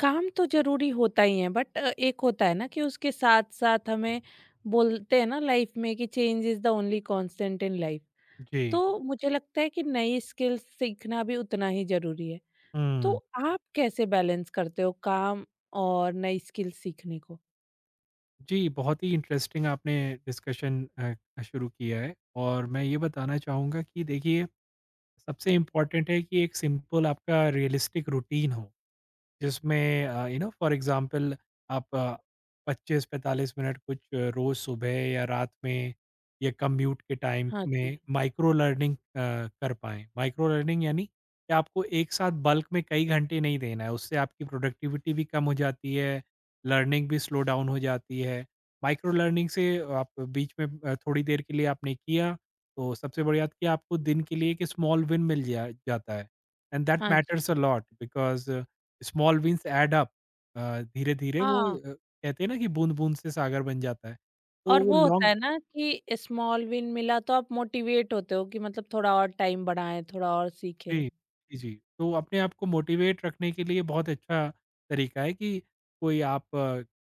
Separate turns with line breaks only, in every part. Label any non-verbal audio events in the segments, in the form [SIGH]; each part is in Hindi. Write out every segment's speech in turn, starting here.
काम तो ज़रूरी होता ही है बट एक होता है ना कि उसके साथ-साथ हमें बोलते हैं ना लाइफ में कि change is the only constant in life.
जी।
तो मुझे लगता है कि नई स्किल्स सीखना भी उतना ही ज़रूरी है। तो
हुँ।
आप कैसे बैलेंस करते हो काम और नई स्किल्स सीखने को?
जी, बहुत ही इंटरेस्टिंग आपने डिस्कशन शुरू किया है और मैं ये बताना चाहूँगा कि देखिए सबसे इम्पोर्टेंट है कि एक सिंपल आपका रियलिस्टिक रूटीन हो। जिसमें फॉर एग्जांपल आप 25-45 मिनट कुछ रोज़ सुबह या रात में या कम्यूट के टाइम
हाँ जी।
में माइक्रो लर्निंग कर पाएँ। माइक्रो लर्निंग यानी कि आपको एक साथ बल्क में कई घंटे नहीं देना है, उससे आपकी प्रोडक्टिविटी भी कम हो जाती है, लर्निंग भी स्लो डाउन हो जाती है। माइक्रो लर्निंग से आप बीच में थोड़ी देर के लिए आपने किया, तो सबसे बड़ी बात कि आपको दिन के लिए एक स्मॉल विन मिल जा जाता है। एंड दैट
हाँ
मैटर्स अ
जी।
Lot because small wins add up धीरे-धीरे वो
हाँ,
कहते हैं ना कि बूँद-बूँद से सागर बन जाता है। तो
और
वो
वो होता
लॉन्ग
है ना कि स्मॉल विन मिला तो आप मोटिवेट होते हो कि मतलब थोड़ा और टाइम बढ़ाएँ, थोड़ा और सीखें।
जी, जी, जी। तो अपने आप को मोटिवेट रखने के लिए बहुत अच्छा तरीका है कि कोई आप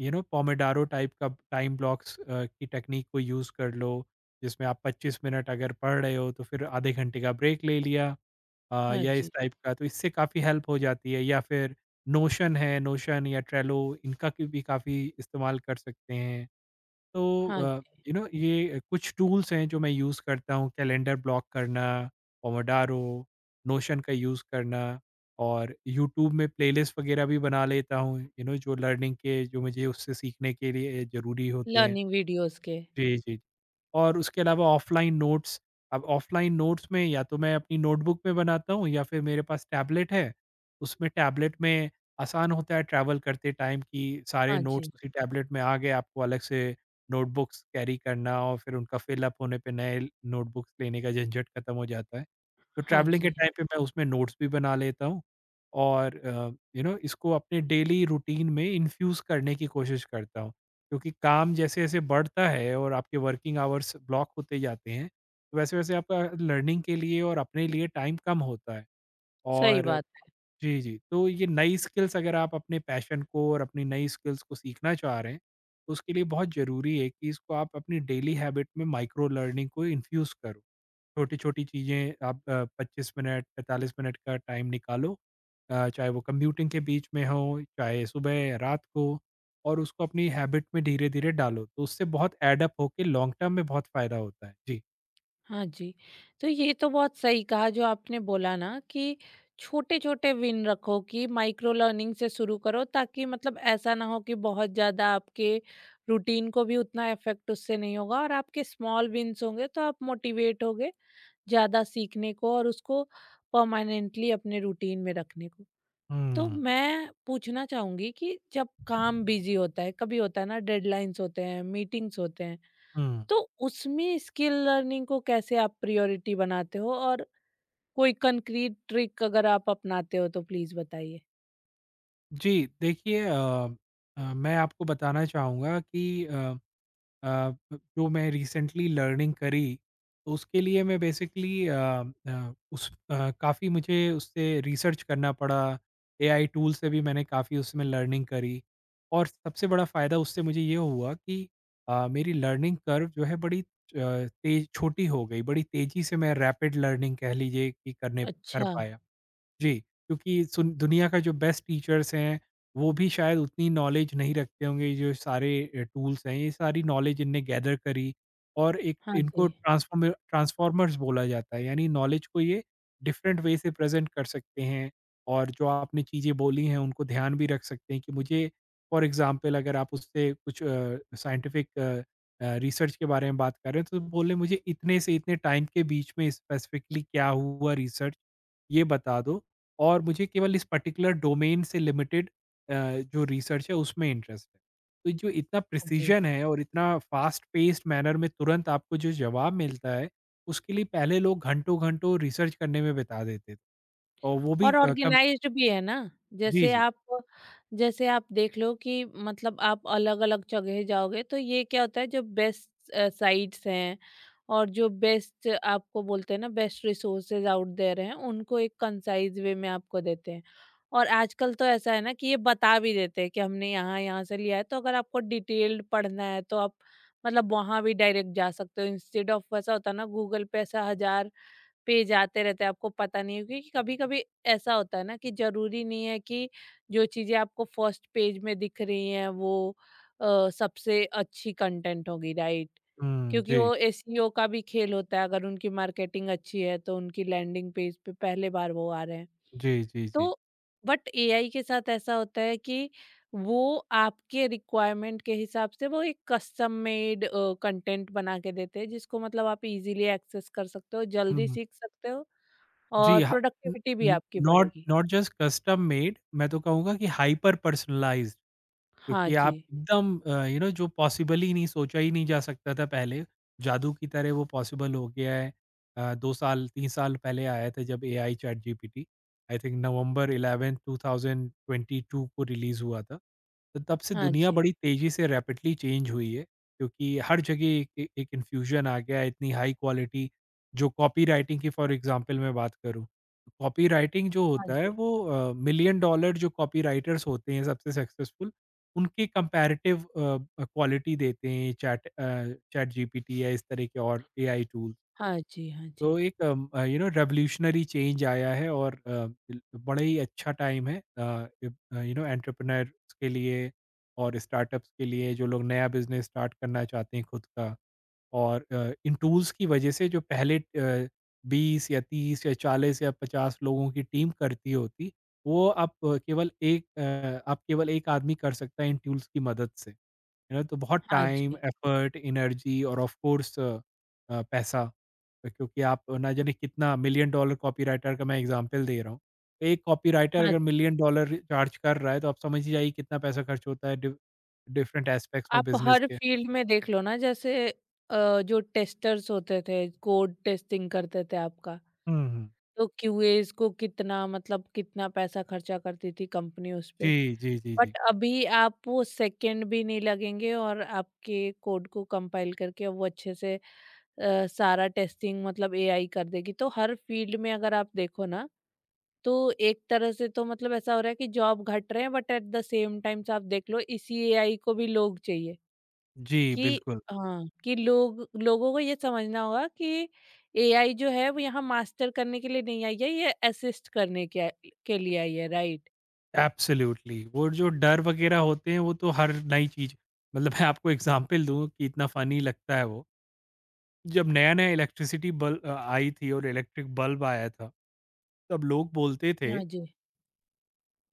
यू नो पोमोडारो टाइप का टाइम ब्लॉक्स की टेक्नीक को यूज़ कर लो, जिसमें आप 25 मिनट अगर पढ़ रहे हो तो फिर आधे घंटे का ब्रेक ले लिया
हाँ
या इस
जी।
टाइप का, तो इससे काफ़ी हेल्प हो जाती है या फिर नोशन है, नोशन या ट्रेलो इनका क भी काफ़ी इस्तेमाल कर सकते हैं।
हाँ
तो
जी।
ये कुछ टूल्स हैं जो मैं यूज़ करता हूँ कैलेंडर ब्लॉक करना, पोमोडारो, नोशन का यूज़ करना और यूट्यूब में प्लेलिस्ट वगैरह भी बना लेता हूँ जो लर्निंग के जो मुझे उससे सीखने के लिए ज़रूरी होते हैं।
लर्निंग वीडियोज़ के।
जी, जी। और उसके अलावा ऑफ़लाइन नोट्स, अब ऑफ़लाइन नोट्स में या तो मैं अपनी नोटबुक में बनाता हूँ या फिर मेरे पास टैबलेट है, उसमें टैबलेट में आसान होता है ट्रैवल करते टाइम कि सारे
हाँ
नोट्स
जी।
उसी टैबलेट में आ गए, आपको अलग से नोटबुक्स कैरी करना और फिर उनका फ़िल अप होने पे नए ल नोटबुक्स लेने का झंझट खत्म हो जाता है। तो
हाँ
ट्रैवलिंग के
जी,
टाइम पे मैं उसमें नोट्स भी बना लेता हूँ और इसको अपने डेली रूटीन में इन्फ्यूज़ करने की कोशिश करता हूँ। क्योंकि काम जैसे-जैसे बढ़ता है और आपके वर्किंग आवर्स ब्लॉक होते जाते हैं, तो वैसे-वैसे आपका लर्निंग के लिए और अपने लिए टाइम कम होता है।
सही
और
बात।
जी, जी, तो ये नई स्किल्स अगर आप अपने पैशन को और अपनी नई स्किल्स को सीखना चाह रहे हैं, तो उसके लिए बहुत ज़रूरी है कि इसको आप अपनी डेली हैबिट में माइक्रो लर्निंग को इन्फ्यूज़ करो। छोटी-छोटी चीज़ें आप 25 मिनट, 45 मिनट का टाइम निकालो। चाहे वो कम्यूटिंग के बीच में हो, चाहे सुबह, या रात को और उसको अपनी हैबिट में धीरे-धीरे डालो। तो उससे बहुत ऐड अप होके लॉन्ग टर्म में बहुत फ़ायदा होता है। जी।
हाँ जी, तो ये तो बहुत सही कहा जो आपने बोला ना कि छोटे-छोटे विन रखो, कि माइक्रो लर्निंग से शुरू करो, ताकि मतलब ऐसा ना हो कि बहुत ज़्यादा आपके रूटीन को भी उतना इफ़ेक्ट उससे नहीं होगा, और आपके स्मॉल विन्स होंगे तो आप मोटिवेट होगे ज़्यादा सीखने को और उसको परमानेंटली अपने रूटीन में रखने को। तो
हुँ,
मैं पूछना चाहूँगी कि जब काम बिज़ी होता है, कभी होता है ना, डेडलाइन्स होते हैं, मीटिंग्स होते हैं,
हुँ।
तो उसमें स्किल लर्निंग को कैसे आप प्रायोरिटी बनाते हो, और कोई कंक्रीट ट्रिक अगर आप अपनाते हो तो प्लीज बताइए?
जी, देखिए मैं आपको बताना चाहूँगा कि अ अ, ब जो मैं रिसेंटली लर्निंग करी, तो उसके लिए मैं बेसिकली काफ़ी मुझे उससे रिसर्च करना पड़ा। एआई टूल से भी मैंने काफ़ी उसमें लर्निंग करी और सबसे बड़ा फ़ायदा उससे मुझे ये हुआ कि मेरी लर्निंग कर्व जो है बड़ी तेज़ छोटी हो गई, बड़ी तेज़ी से मैं रैपिड लर्निंग कह लीजिए कि करने कर
अच्छा।
पाया। जी, क्योंकि सुन दुनिया का जो बेस्ट टीचर्स हैं, वो भी शायद उतनी नॉलेज नहीं रखते होंगे, ये जो सारे टूल्स हैं, ये सारी नॉलेज इनने गैदर करी और एक
हाँ जी।
इनको ट्रांसफ़ॉर्मर्स बोला जाता है, यानी नॉलेज को ये डिफरेंट वे से प्रेज़ेंट कर सकते हैं और जो आपने चीज़ें बोली हैं, उनको ध्यान भी रख सकते हैं कि मुझे फ़ॉर एग्ज़ाम्पल अगर आप उससे कुछ साइंटिफ़िक रिसर्च के बारे में बात कर रहे हैं, तो बोले मुझे इतने से इतने टाइम के बीच में स्पेसिफ़िकली क्या हुआ रिसर्च, ये बता दो और मुझे केवल इस पर्टिकुलर डोमेन से लिमिटेड अ, जो रिसर्च है उसमें इंटरेस्ट है। तो जो इतना
हाँ जी।
प्रिसिजन है और इतना फास्ट पेस्ड मैनर में तुरंत आपको जो जवाब मिलता है, उसके लिए पहले लोग घंटों-घंटों रिसर्च करने में बिता देते थे और वो भी
और
कम।
ऑर्गेनाइज्ड भी है ना,
जी,
जैसे
जी।
आप जैसे आप देख लो कि मतलब आप अलग-अलग जगह जाओगे, तो ये क्या होता है, जो बेस्ट साइट्स हैं और जो बेस्ट आपको बोलते हैं ना, बेस्ट रिसोर्सेज आउट देयर हैं, उनको एक कंसाइज़ वे में आपको देते हैं। और आजकल तो ऐसा है ना कि ये बता भी देते हैं कि हमने यहाँ-यहाँ से लिया है, तो अगर आपको डिटेल्ड पढ़ना है तो आप मतलब वहाँ भी डायरेक्ट जा सकते हो। इंस्टेड ऑफ, ऐसा होता है ना, गूगल पे ऐसा हज़ार पे जाते रहते हैं, आपको पता नहीं है, क्योंकि कभी-कभी ऐसा होता है ना कि ज़रूरी नहीं है कि जो चीज़ें आपको फर्स्ट पेज में दिख रही हैं, वो सबसे अच्छी कंटेंट होगी, राइट?
हुँ,
क्योंकि
जी।
वो एसईओ का भी खेल होता है, अगर उनकी मार्केटिंग अच्छी है तो उनकी लैंडिंग पेज पे पहले बार वो आ रहे हैं।
जी, जी, जी।
तो बट एआई के साथ ऐसा होता है कि वो आपके रिक्वायरमेंट के हिसाब से वो एक कस्टम मेड कंटेंट बना के देते हैं, जिसको मतलब आप इज़ीली एक्सेस कर सकते हो, जल्दी
हुँ,
सीख सकते हो,
जी
और
हाँ। न
प्रोडक्टिविटी भी
न
आपकी
नॉट
बढ़ेगी।
नॉट जस्ट कस्टम मेड मैं तो कहूँगा कि हाइपर पर्सनलाइज़्ड।
हाँ
क्योंकि आप
जी,
एकदम जो पॉसिबल ही नहीं सोचा ही नहीं जा सकता था पहले, जादू की तरह वो पॉसिबल हो गया है। 2 साल 3 साल पहले आया था जब AI ChatGPT I think November 11 2022 को रिलीज़ हुआ था। तो तब से
हाँ
दुनिया
जी,
बड़ी तेज़ी से रैपिडली चेंज हुई है, क्योंकि हर जगह एक इन्फ्यूज़न आ गया है, इतनी हाई क्वालिटी जो कॉपीराइटिंग की फॉर एग्ज़ाम्पल मैं बात करूँ, कॉपीराइटिंग जो
हाँ
होता है
जी,
वो मिलियन डॉलर जो कॉपीराइटर्स होते हैं सबसे सक्सेसफुल उनके कंपैरेटिव क्वालिटी देते हैं चैट जीपीटी या इस तरह के और एआई टूल।
हाँ जी, हाँ जी,
तो एक um, uh, you know revolutionary change आया है और अ, बिल बड़ा ही अच्छा टाइम है अ, इब अ, यू नो एंटरप्रेन्योर्स के लिए और स्टार्टअप्स के लिए जो लोग नया बिज़नेस स्टार्ट करना चाहते हैं खुद का। और इन टूल्स की वजह से जो पहले 20 या 30 या 40 या 50 लोगों की टीम करती होती, वो आप केवल एक आदमी कर सकता है इन टूल्स की मदद से। है ना? तो बहुत
हाँ
टाइम,
जी,
एफर्ट, एनर्जी और ऑफ कोर्स पैसा क्योंकि आप ना जाने कितना मिलियन डॉलर कॉपीराइटर का मैं एग्ज़ाम्पल दे रहा हूँ। एक कॉपीराइटर
हाँ
अगर
जी।
मिलियन डॉलर चार्ज कर रहा है, तो आप समझ ही जाइए कितना पैसा खर्च होता है डिफरेंट एस्पेक्ट्स में
आप
बिज़नेस
हर
के।
फील्ड में देख लो ना, जैसे जो टेस्टर्स होते थे, कोड टेस्टिंग करते थे आपका,
हुँ, हुँ।
तो क्यूएज़ को कितना, मतलब कितना पैसा खर्चा करती थी कंपनी उस
जी,
पे।
जी, जी, जी।
बट अभी आप वो सेकंड भी नहीं लगेंगे, और आपके कोड को कंपाइल करके वो अच्छे से सारा टेस्टिंग मतलब एआई कर देगी। तो हर फील्ड में अगर आप देखो ना, तो एक तरह से तो मतलब ऐसा हो रहा है कि जॉब घट रहे हैं, but at the same times आप देख लो इसी एआई को भी लोग चाहिए
जी,
कि,
बिल्कुल,
हाँ, कि लोग, लोगों को ये समझना होगा कि एआई जो है वो यहाँ मास्टर करने के लिए नहीं आई है, ये असिस्ट करने के लिए आई है, राइट?
एब्सोल्युटली वो जो डर वग़ैरह होते हैं, वो तो हर नई चीज़ मतलब मैं आपको एग्ज़ाम्पल दूँ कि इतना फ़नी लगता है वो। जब नया-नया इलेक्ट्रिसिटी आई थी और इलेक्ट्रिक बल्ब आया था, तब लोग बोलते थे
हाँ जी।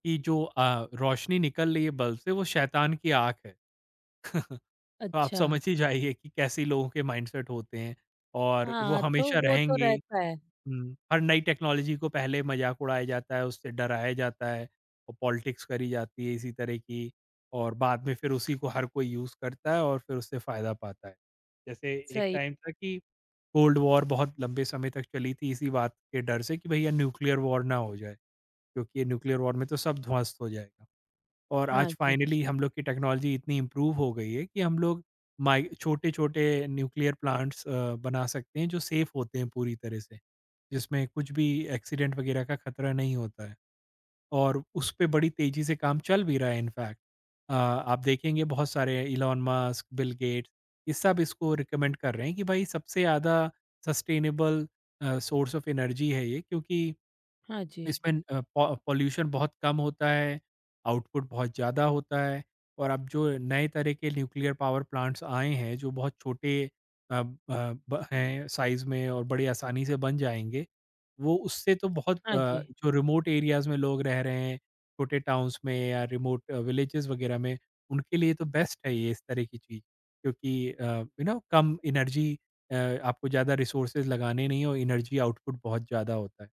कि जो रोशनी निकल रही है बल्ब से वो शैतान की आँख है। [LAUGHS] तो आप
अच्छा।
समझ ही जाइए कि कैसे लोगों के माइंडसेट होते हैं और वो
हाँ, तो
हमेशा
वो तो
रहेंगे।
रहता है।
हुँ, हर नई टेक्नोलॉजी को पहले मज़ाक उड़ाया जाता है, उससे डराया जाता है और पॉलिटिक्स करी जाती है इसी तरह की और बाद में फिर उसी को हर कोई यूज़ करता है और फिर उससे फ़ायदा पाता है। जैसे एक
सही।
टाइम था कि कोल्ड वॉर बहुत लंबे समय तक चली थी इसी बात के डर से कि भैया न्यूक्लियर वॉर ना हो जाए, क्योंकि ये न्यूक्लियर वॉर में तो सब ध्वस्त हो जाएगा। और
हाँ
आज
जी,
फाइनली हम लोग की टेक्नोलॉजी इतनी इम्प्रूव हो गई है कि हम लोग माइ छोटे-छोटे न्यूक्लियर प्लांट्स बना सकते हैं जो सेफ होते हैं पूरी तरह से, जिसमें कुछ भी एक्सीडेंट वगैरह का खतरा नहीं होता है और उस पे बड़ी तेज़ी से काम चल भी रहा है इनफैक्ट। आप देखेंगे बहुत सारे इलॉन मस्क, बिल गेट्स ये सब इसको रिकमेंड कर रहे हैं कि भाई सबसे ज़्यादा सस्टेनेबल सोर्स ऑफ एनर्जी है ये क्योंकि
हाँ जी,
इसमें अ, पॉ पॉल्यूशन बहुत कम होता है, आउटपुट बहुत ज़्यादा होता है और अब जो नए तरह के न्यूक्लियर पावर प्लांट्स आए हैं, जो बहुत छोटे अ अ, ब हैं साइज़ में और बड़ी आसानी से बन जाएँगे, वो उससे तो बहुत
हाँ जी,
जो रिमोट एरियाज़ में लोग रह रहे हैं, छोटे टाउन्स में या रिमोट विलेजेज़ वगैरह में, उनके लिए तो बेस्ट है ये इस तरह की चीज़। क्योंकि कम एनर्जी आपको ज़्यादा रिसोर्सेज़ लगाने नहीं और एनर्जी आउटपुट बहुत ज़्यादा होता है।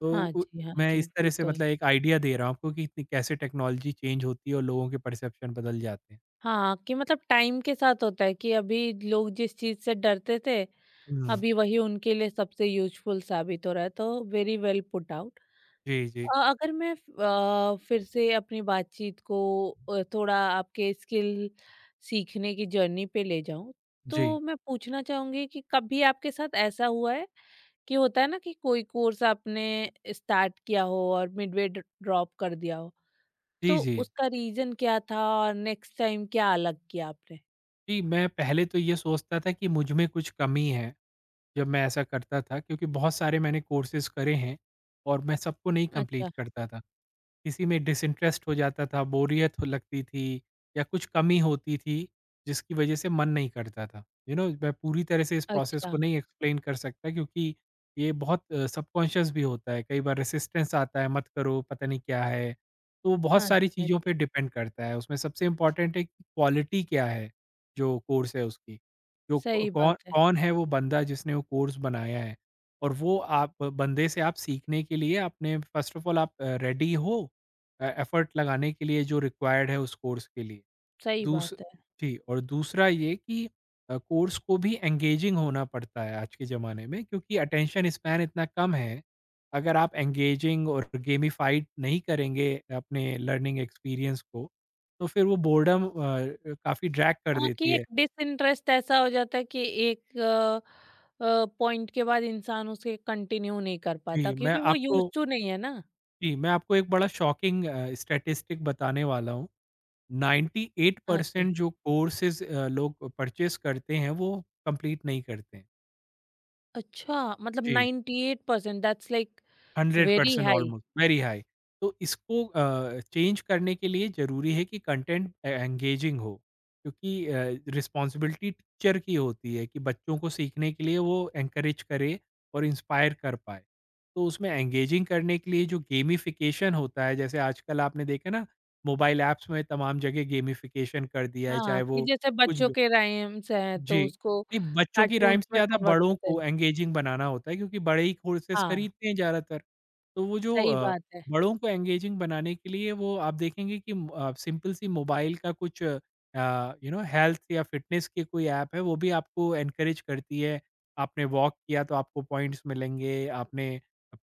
तो
हाँ
उ
जी, हाँ जी, हाँ
मैं
जी,
इस तरह
वो
से
तो है।
मतलब एक आइडिया दे रहा हूँ आपको कि इतनी कैसे टेक्नोलॉजी चेंज होती है और लोगों के परसेप्शन बदल जाते हैं।
हाँ, कि मतलब टाइम के साथ होता है कि अभी लोग जिस चीज से डरते थे,
हुँ।
अभी वही उनके लिए सबसे यूज़फुल साबित हो रहा है, तो वेरी वेल पुट आउट।
जी, जी।
अगर मैं फिर से अपनी बातचीत को थोड़ा आपके स्किल सीखने की जर्नी पे ले जाऊँ,
जी।
तो मैं पूछना चाहूँगी कि कभी आपके साथ ऐसा हुआ है कि, होता है ना कि कोई कोर्स आपने स्टार्ट किया हो और मिडवे ड ड्रॉप कर दिया हो,
जी,
तो
जी।
उसका रीज़न क्या था और नेक्स्ट टाइम क्या अलग किया आपने?
जी, मैं पहले तो ये सोचता था कि मुझ में कुछ कमी है, जब मैं ऐसा करता था क्योंकि बहुत सारे मैंने कोर्सेज़ करे हैं और मैं सबको नहीं कंप्लीट
अच्छा,
करता था। किसी में डिसइंटरेस्ट हो जाता था, बोरियत हो लगती थी या कुछ कमी होती थी जिसकी वजह से मन नहीं करता था। यू you नो know, मैं पूरी तरह से इस प्रोसेस
अच्छा।
को नहीं एक्सप्लेन कर सकता क्योंकि ये बहुत सबकॉन्शियस भी होता है। कई बार रेसिस्टेंस आता है मत करो, पता नहीं क्या है। तो वो बहुत
हाँ
सारी
जी, हाँ
चीज़ों पे
जी।
डिपेंड करता है। उसमें सबसे इम्पोर्टेंट है कि क्वालिटी क्या है जो कोर्स है उसकी। जो क
सही
कौन
बात है,
कौन है वो बंदा जिसने वो कोर्स बनाया है और वो आप बंदे से आप सीखने के लिए आपने फ़र्स्ट ऑफ ऑल आप रेडी हो? एफर्ट लगाने के लिए जो रिक्वायर्ड है उस कोर्स के लिए।
सही
दूस
बात है।
जी और दूसरा ये कि कोर्स को भी एंगेजिंग होना पड़ता है आज के ज़माने में क्योंकि अटेंशन स्पैन इतना कम है। अगर आप एंगेजिंग और गेमिफाइड नहीं करेंगे अपने लर्निंग एक्सपीरियंस को, तो फिर वो बोर्डम काफ़ी ड्रैग कर
हाँ,
देती
कि
है।
एक डिसइंटरेस्ट ऐसा हो जाता है कि एक पॉइंट के बाद इंसान उसे कंटिन्यू नहीं कर पाता,
जी, मैं
क्योंकि वो यूज
आपको
टू नहीं है ना।
जी, मैं आपको एक बड़ा शॉकिंग स्टैटिस्टिक बताने वाला हूँ।
हाँ जी।
98% जो कोर्सेज़ लोग परचेज़ करते हैं वो कंप्लीट नहीं करते हैं।
अच्छा। मतलब
जी,
98% eight percent, that's like very
100%
high.
Almost very high. तो इसको चेंज करने के लिए ज़रूरी है कि कंटेंट ए एंगेजिंग हो क्योंकि रिस्पॉन्सिबिलिटी टीचर की होती है कि बच्चों को सीखने के लिए वो एनकरेज करे और इंस्पायर कर पाए। तो उसमें एंगेजिंग करने के लिए जो गेमिफिकेशन होता है जैसे आजकल आपने देखा ना मोबाइल ऐप्स में तमाम जगह गेमिफिकेशन कर दिया है,
हाँ,
चाहे
कि
वो
जैसे
कुछ
बच्चों के राइम्स हैं तो
जी।
उसको
नहीं, बच्चों की राइम
कार्टून्स
से
में
ज़्यादा
कन्वर्ट
बड़ों
करते
को
हैं।
एंगेजिंग बनाना होता है क्योंकि बड़े ही कोर्सेस
हाँ,
खरीदते हैं ज़्यादातर। तो वो जो
सही बात है।
बड़ों को एंगेजिंग बनाने के लिए वो आप देखेंगे कि सिंपल सी मोबाइल का कुछ हेल्थ या फिटनेस के कोई ऐप है, वो भी आपको एनकरेज करती है। आपने वॉक किया तो आपको पॉइंट्स मिलेंगे, आपने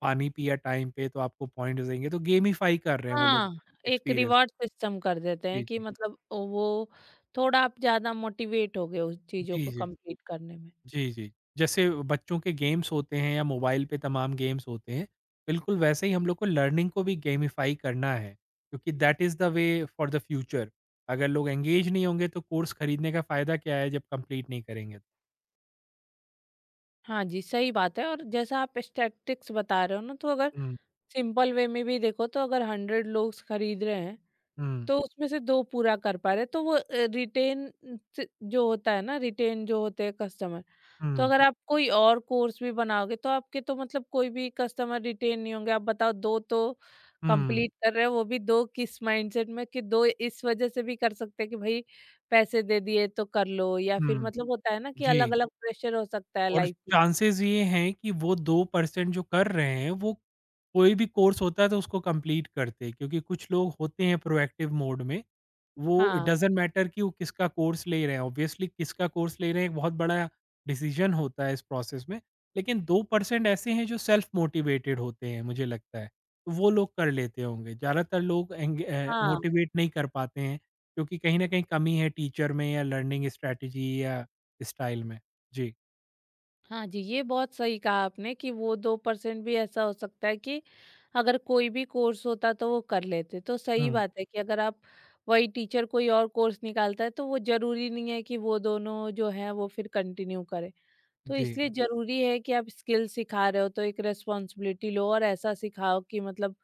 पानी पिया टाइम पे तो आपको पॉइंट्स देंगे, तो गेमिफाई कर रहे हैं वो लोग
हाँ, एक
एक्सपीरियंस।
रिवॉर्ड सिस्टम कर देते
जी,
हैं कि
जी।
मतलब वो थोड़ा आप ज्यादा मोटिवेट हो गए उस चीजों
जी,
को
जी।
कंप्लीट करने में।
जी, जी। जैसे बच्चों के गेम्स होते हैं या मोबाइल पे तमाम गेम्स होते हैं, बिल्कुल वैसे ही हम लोग को लर्निंग को भी गेमिफ़ाई करना है, क्योंकि that is the way for the future. अगर लोग एंगेज नहीं होंगे तो कोर्स खरीदने का फ़ायदा क्या है जब कंप्लीट नहीं करेंगे?
हाँ जी, सही बात है। और जैसा आप स्टैटिस्टिक्स बता रहे हो ना, तो अगर
हुँ,
सिंपल वे में भी देखो, तो अगर 100 लोग खरीद रहे हैं,
हुँ,
तो उसमें से 2 पूरा कर पा रहे हैं, तो वो रिटेन, च जो होता है ना, रिटेन जो होते हैं कस्टमर, तो
हुँ,
अगर आप कोई और कोर्स भी बनाओगे, तो आपके तो मतलब कोई भी कस्टमर रिटेन नहीं होंगे। आप बताओ, 2 तो
हुँ,
कंप्लीट कर रहे हो, वो भी 2 किस माइंडसेट में, कि 2 इस वजह से भी कर सकते हैं कि भई पैसे दे दिए तो कर लो, या फिर
हुँ,
मतलब होता है ना कि
जी।
अलग-अलग प्रेशर हो सकता है
और
लाइफ में।
चांसेस ये हैं कि वो 2% जो कर रहे हैं वो कोई भी कोर्स होता है तो उसको कंप्लीट करते हैं क्योंकि कुछ लोग होते हैं प्रोएक्टिव मोड में। वो इट
हाँ,
डज़न्ट मैटर कि वो किसका कोर्स ले रहे हैं, ऑब्वियसली किसका कोर्स ले रहे हैं एक बहुत बड़ा डिसीज़न होता है इस प्रोसेस में। लेकिन 2% ऐसे हैं जो सेल्फ मोटिवेटेड होते हैं मुझे लगता है, तो वो लोग कर लेते होंगे। ज़्यादातर लोग
हाँ,
मोटिवेट नहीं कर पाते हैं क्योंकि कहीं न कहीं कमी है टीचर में या लर्निंग स्ट्रैटेजी या स्टाइल में। जी।
हाँ जी, ये बहुत सही कहा आपने कि वो 2% भी ऐसा हो सकता है कि अगर कोई भी कोर्स होता तो वो कर लेते। तो सही
हुँ।
बात है कि अगर आप, वही टीचर कोई और कोर्स निकालता है, तो वो ज़रूरी नहीं है कि वो दोनों जो हैं वो फिर कंटिन्यू करें। तो
जी।
इसलिए ज़रूरी है कि आप स्किल सिखा रहे हो तो एक रिस्पॉन्सिबिलिटी लो और ऐसा सिखाओ कि मतलब,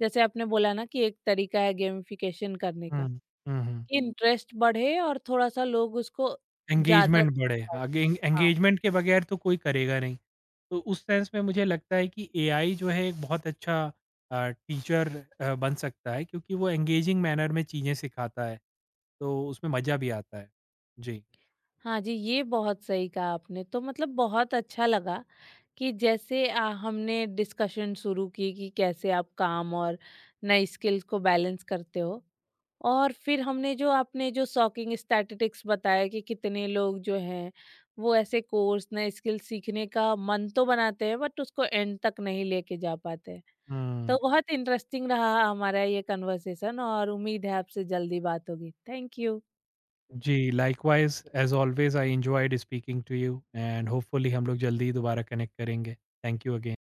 जैसे आपने बोला ना, कि एक तरीका है गेमिफिकेशन करने
हुँ,
का,
हुँ, हुँ।
कि इंटरेस्ट बढ़े और थोड़ा-सा लोग उसको ज़्यादा
एंगेजमेंट
सीख
बढ़े,
पाएँ।
आगे
हाँ।
एंगेजमेंट के बगैर तो कोई करेगा नहीं। तो उस सेंस में मुझे लगता है कि एआई जो है एक बहुत अच्छा टीचर बन सकता है क्योंकि वो एंगेजिंग मैनर में चीज़ें सिखाता है, तो उसमें मज़ा भी आता है। जी।
हाँ जी, ये बहुत सही कहा आपने। तो मतलब बहुत अच्छा लगा कि, जैसे हमने डिस्कशन शुरू की कि कैसे आप काम और नई स्किल्स को बैलेंस करते हो। और फिर हमने जो, आपने जो शॉकिंग स्टैटिस्टिक्स बताया कि कितने लोग जो हैं, वो ऐसे कोर्स, नए स्किल सीखने का मन तो बनाते हैं बट उसको एंड तक नहीं लेके जा पाते हैं।
हुँ।
तो बहुत इंटरेस्टिंग रहा हमारा ये कन्वर्सेशन और उम्मीद है आपसे जल्दी बात होगी। Thank you.
जी, likewise as always I enjoyed speaking to you and hopefully हम लोग जल्दी ही दोबारा कनेक्ट करेंगे। Thank you again.